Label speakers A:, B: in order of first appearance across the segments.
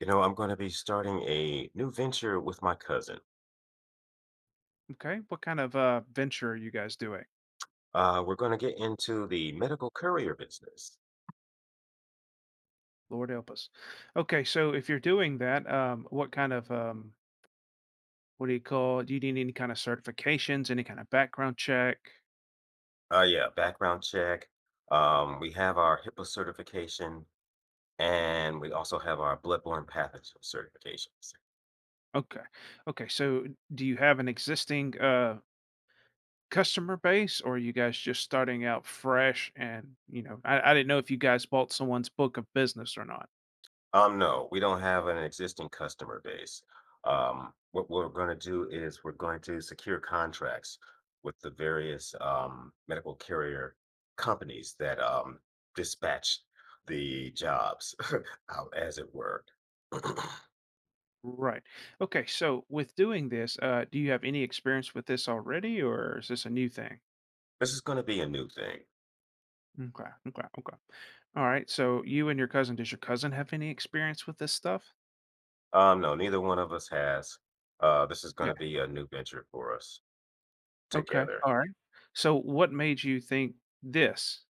A: You know, I'm going to be starting a new venture with my cousin.
B: Okay. What kind of venture are you guys doing?
A: We're going to get into the medical courier business.
B: Lord help us. Okay. So if you're doing that, what kind of, what do you call it? Do you need any kind of certifications, any kind of background check?
A: Yeah, background check. We have our HIPAA certification, and we also have our bloodborne pathogen certifications.
B: Okay. Okay. So do you have an existing customer base, or are you guys just starting out fresh? And, I didn't know if you guys bought someone's book of business or not.
A: No, we don't have an existing customer base. What we're going to do is we're going to secure contracts with the various medical carrier companies that dispatch the jobs out, as it were.
B: Right. Okay. So, with doing this, do you have any experience with this already, or is this a new thing?
A: This is going to be a new thing.
B: Okay. Okay. Okay. All right. So, you and your cousin, does your cousin have any experience with this stuff?
A: No, neither one of us has. This is going
B: Yeah.
A: to be a new venture for us
B: Okay.
A: together.
B: All right. So, what made you think this?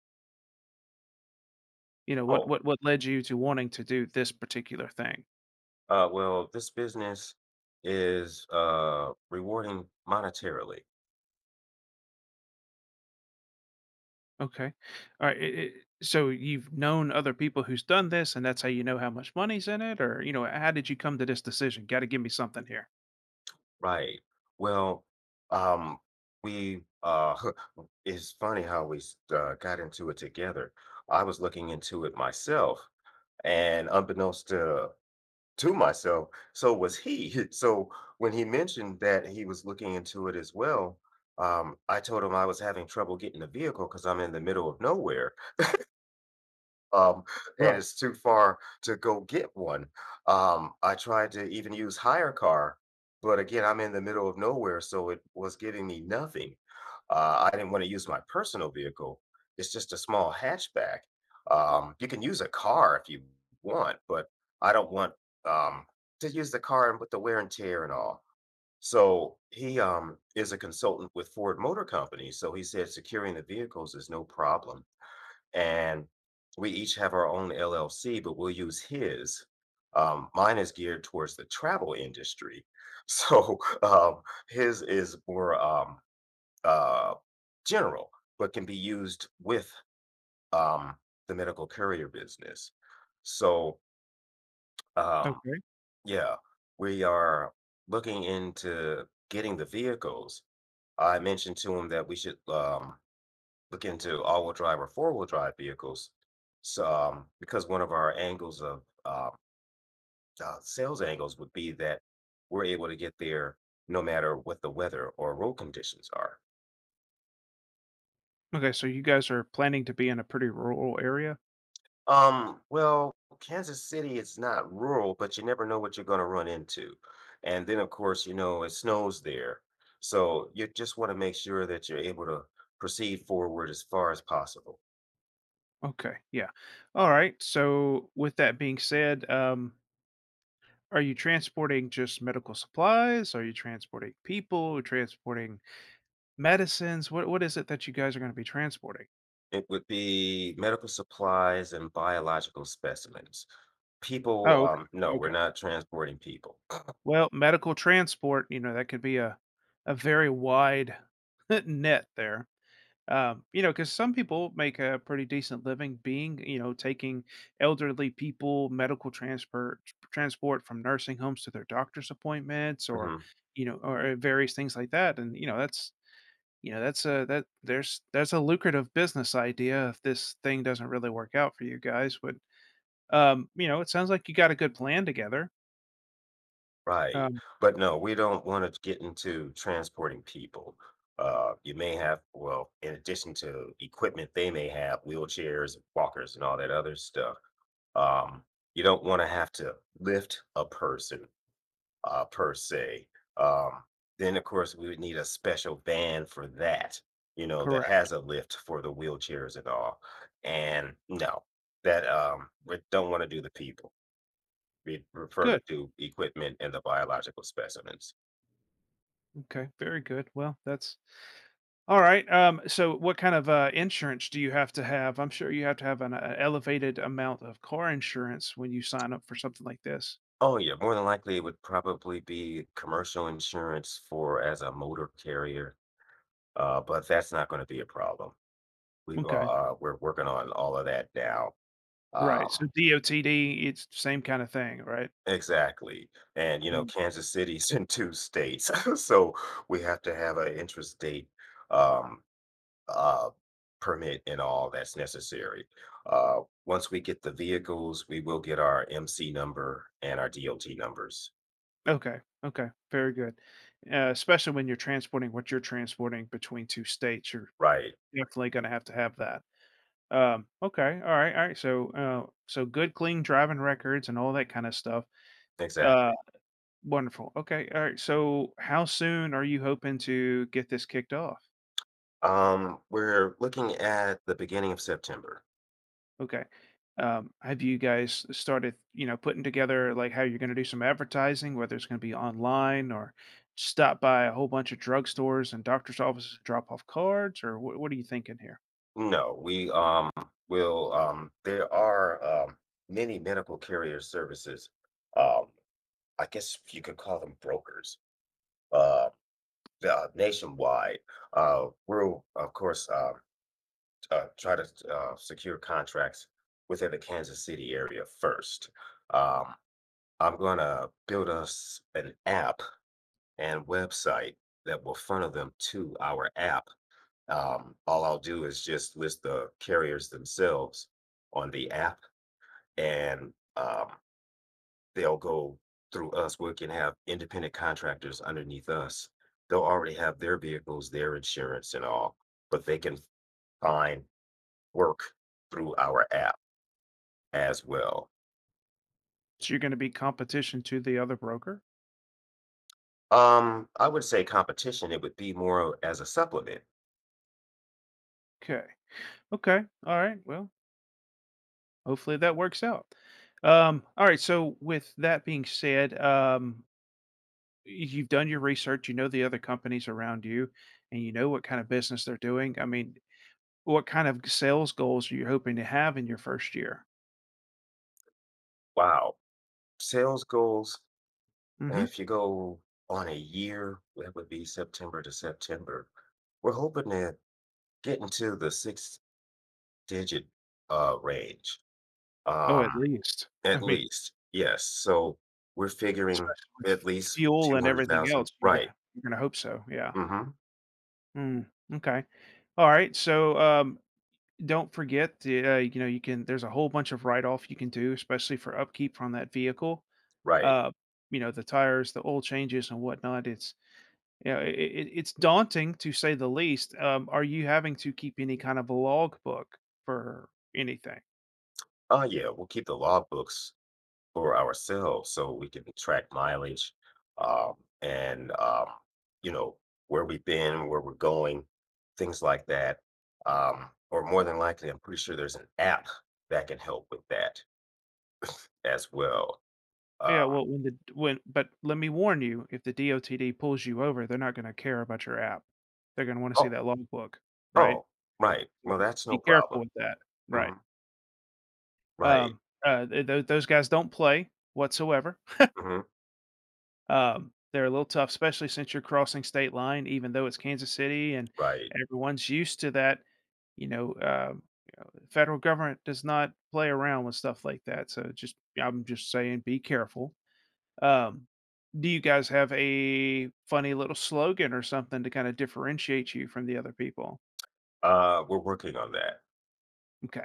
B: What
A: Oh,
B: what what led you to wanting to do this particular thing?
A: well, this business is rewarding monetarily.
B: Okay. All right. So, you've known other people who's done this, and that's how you know how much money's in it, or how did you come to this decision? Got to give me something here.
A: Right. Well, um, we it's funny how we got into it together. I was looking into it myself, and unbeknownst to myself, so was he. So when he mentioned that he was looking into it as well, I told him I was having trouble getting a vehicle because I'm in the middle of nowhere, um, and
B: Right.
A: it's too far to go get one. I tried to even use hire car, but again, I'm in the middle of nowhere, so it was giving me nothing. I didn't want to use my personal vehicle. It's just a small hatchback. You can use a car if you want, but I don't want um, to use the car and with the wear and tear and all. So he is a consultant with Ford Motor Company. So he said securing the vehicles is no problem, and we each have our own LLC, but we'll use his. Mine is geared towards the travel industry, so his is more uh, general, but can be used with um, the medical courier business. So um,
B: Okay.
A: yeah, we are looking into getting the vehicles. I mentioned to him that we should look into all-wheel drive or four-wheel drive vehicles. So, because one of our angles of sales angles would be that we're able to get there no matter what the weather or road conditions are.
B: Okay, so you guys are planning to be in a pretty rural area?
A: Well, Kansas City is not rural, but you never know what you're going to run into. And then, of course, you know, it snows there. So you just want to make sure that you're able to proceed forward as far as possible.
B: Okay, yeah. All right. So with that being said, are you transporting just medical supplies? Are you transporting people? Transporting medicines? What is it that you guys are going to be transporting?
A: It would be medical supplies and biological specimens.
B: Oh,
A: People,
B: okay.
A: no, we're
B: Okay.
A: not transporting people.
B: Well, medical transport, that could be a very wide net there. Because some people make a pretty decent living being, taking elderly people, medical transport from nursing homes to their doctor's appointments, or
A: Mhm,
B: various things like that. And that's that's a that there's a lucrative business idea if this thing doesn't really work out for you guys. But it sounds like you got a good plan together.
A: right.
B: Um,
A: But no, we don't wanna get into transporting people. You may have well, in addition to equipment, they may have wheelchairs, walkers, and all that other stuff. Um, you don't wanna have to lift a person, per se. Um, then, of course, we would need a special van for that, you know, that
B: correct.
A: has a lift for the wheelchairs and all. And, no, that, we don't wanna do the people. We'd refer
B: Good.
A: to equipment and the biological specimens.
B: Okay. Very good. Well, that's All right. So, what kind of insurance do you have to have? I'm sure you have to have an elevated amount of car insurance when you sign up for something like this.
A: Oh, yeah, more than likely, it would probably be commercial insurance for as a motor carrier, but that's not gonna be a problem.
B: Okay.
A: We're working on all of that now. Um,
B: Right. So, DOTD, it's the same kind of thing, right?
A: exactly, and, you know,
B: Mm.
A: Kansas City's in 2 states, so we have to have an interest date, um, uh, permit and all that's necessary. Uh, Once we get the vehicles, we will get our MC number and our DOT numbers.
B: Okay. Okay. Very good. Especially when you're transporting what you're transporting between two states, you're
A: Right,
B: definitely going to have that. Okay. All right. All right. So, so good, clean driving records and all that kind of stuff. Uh,
A: exactly.
B: Wonderful. Okay. All right. So, how soon are you hoping to get this kicked off?
A: We're looking at the beginning of September.
B: Okay. Have you guys started, putting together like how you're going to do some advertising, whether it's going to be online or stop by a whole bunch of drugstores and doctor's offices to drop off cards, or what are you thinking here?
A: No, we there are, many medical carrier services. Um, I guess you could call them brokers, uh, nationwide. We're, of course, try to, secure contracts within the Kansas City area first. Um, I'm gonna build us an app and website that will funnel them to our app. All I'll do is just list the carriers themselves on the app, and, they'll go through us. We can have independent contractors underneath us. They'll already have their vehicles, their insurance and all, but they can find work through our app as well.
B: So, you're going to be competition to the other broker?
A: I would say competition, it would be more as a supplement.
B: Okay. Okay. All right. Well, hopefully that works out. All right. So, with that being said, you've done your research, you know the other companies around you, and you know what kind of business they're doing. I mean, what kind of sales goals are you hoping to have in your first year?
A: Wow. Sales goals,
B: Hmm.
A: if you go on a year, that would be September to September. We're hoping to get into the six digit range.
B: Oh, at
A: Um,
B: least. I
A: at
B: mean,
A: least. Yes. So we're figuring
B: especially with
A: at least
B: fuel and everything
A: 200,000.
B: else, you're
A: Right.
B: gonna you're gonna hope so. Yeah.
A: Mm-hmm.
B: Mm, okay. All right. So, don't forget the you can there's a whole bunch of write off you can do, especially for upkeep on that vehicle.
A: Right.
B: Uh, you know the tires, the oil changes, and whatnot. It's yeah, I it's daunting to say the least. Are you having to keep any kind of a logbook for anything?
A: Oh yeah, we'll keep the law books for ourselves so we can track mileage, um, and you know, where we've been, where we're going, things like that. Or more than likely I'm pretty sure there's an app that can help with that as well. uh,
B: Yeah, well, when the when but let me warn you, if the DOTD pulls you over, they're not gonna care about your app. They're gonna wanna see
A: oh,
B: that logbook, right?
A: oh, right,
B: So
A: well, that's no
B: be careful
A: problem.
B: with that,
A: Hmm.
B: right.
A: Right.
B: Th tho those guys don't play whatsoever.
A: Hmm.
B: They're a little tough, especially since you're crossing state line, even though it's Kansas City and
A: Right.
B: everyone's used to that, you know, uh, the federal government does not play around with stuff like that. So just I'm just saying be careful. Um, do you guys have a funny little slogan or something to kind of differentiate you from the other people?
A: We're working on that.
B: Okay.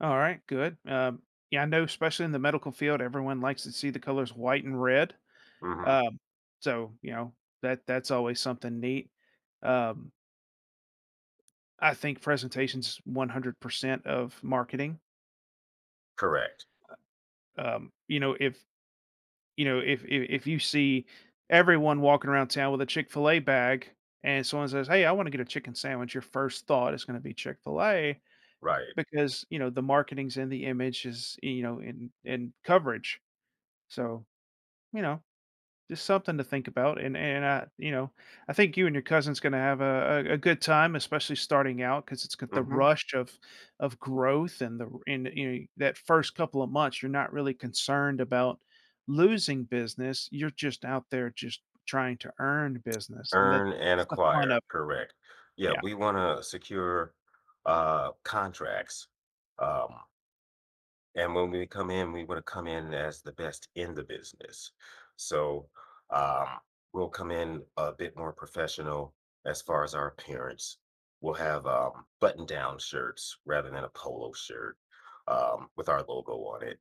B: All right, good. Yeah, I know especially in the medical field, everyone likes to see the colors white and red.
A: Hmm.
B: Um, so, that that's always something neat. Um, I think presentations 100% of marketing.
A: Correct.
B: Um, you know, if if you see everyone walking around town with a Chick Fil A bag, and someone says, "Hey, I want to get a chicken sandwich," your first thought is going to be Chick Fil A
A: Right.
B: because you know the marketing's in the image is in coverage. So you know just something to think about, and I, I think you and your cousin's gonna have a good time, especially starting out, because it's got the
A: Hmm.
B: rush of growth and the and you know that first couple of months, you're not really concerned about losing business. You're just out there just trying to earn business, and that
A: Earn and
B: that's the fun of
A: acquire,
B: it.
A: correct. Yeah,
B: Yeah.
A: we wanna secure, contracts, um, and when we come in, we wanna come in as the best in the business. So, um, we'll come in a bit more professional as far as our appearance. We'll have, button-down shirts rather than a polo shirt, with our logo on it.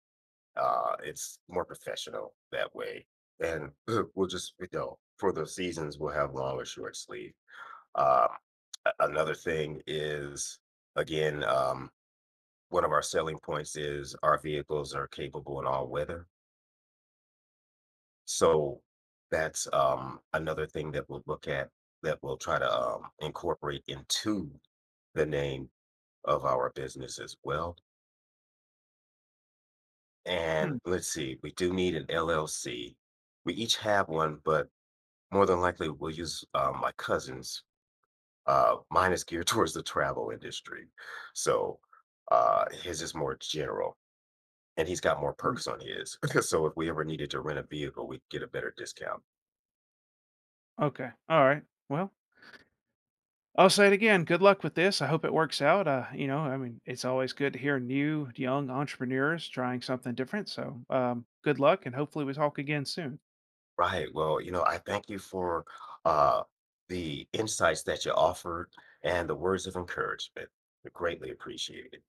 A: It's more professional that way, and we'll just, you know, for the seasons, we'll have long or short sleeve. Uh, another thing is, again, one of our selling points is our vehicles are capable in all weather. So that's another thing that we'll look at, that we'll try to incorporate into the name of our business as well. And
B: Hmm.
A: let's see, we do need an LLC. We each have one, but more than likely we'll use my cousin's. Mine is geared towards the travel industry. So his is more general and he's got more
B: Hmm.
A: perks on his. So if we ever needed to rent a vehicle, we'd get a better discount.
B: Okay. All right. Well, I'll say it again. Good luck with this. I hope it works out. I mean, it's always good to hear new, young entrepreneurs trying something different. So, good luck, and hopefully, we talk again soon.
A: Right. Well, you know, I thank you for uh, the insights that you offered and the words of encouragement. Greatly appreciated.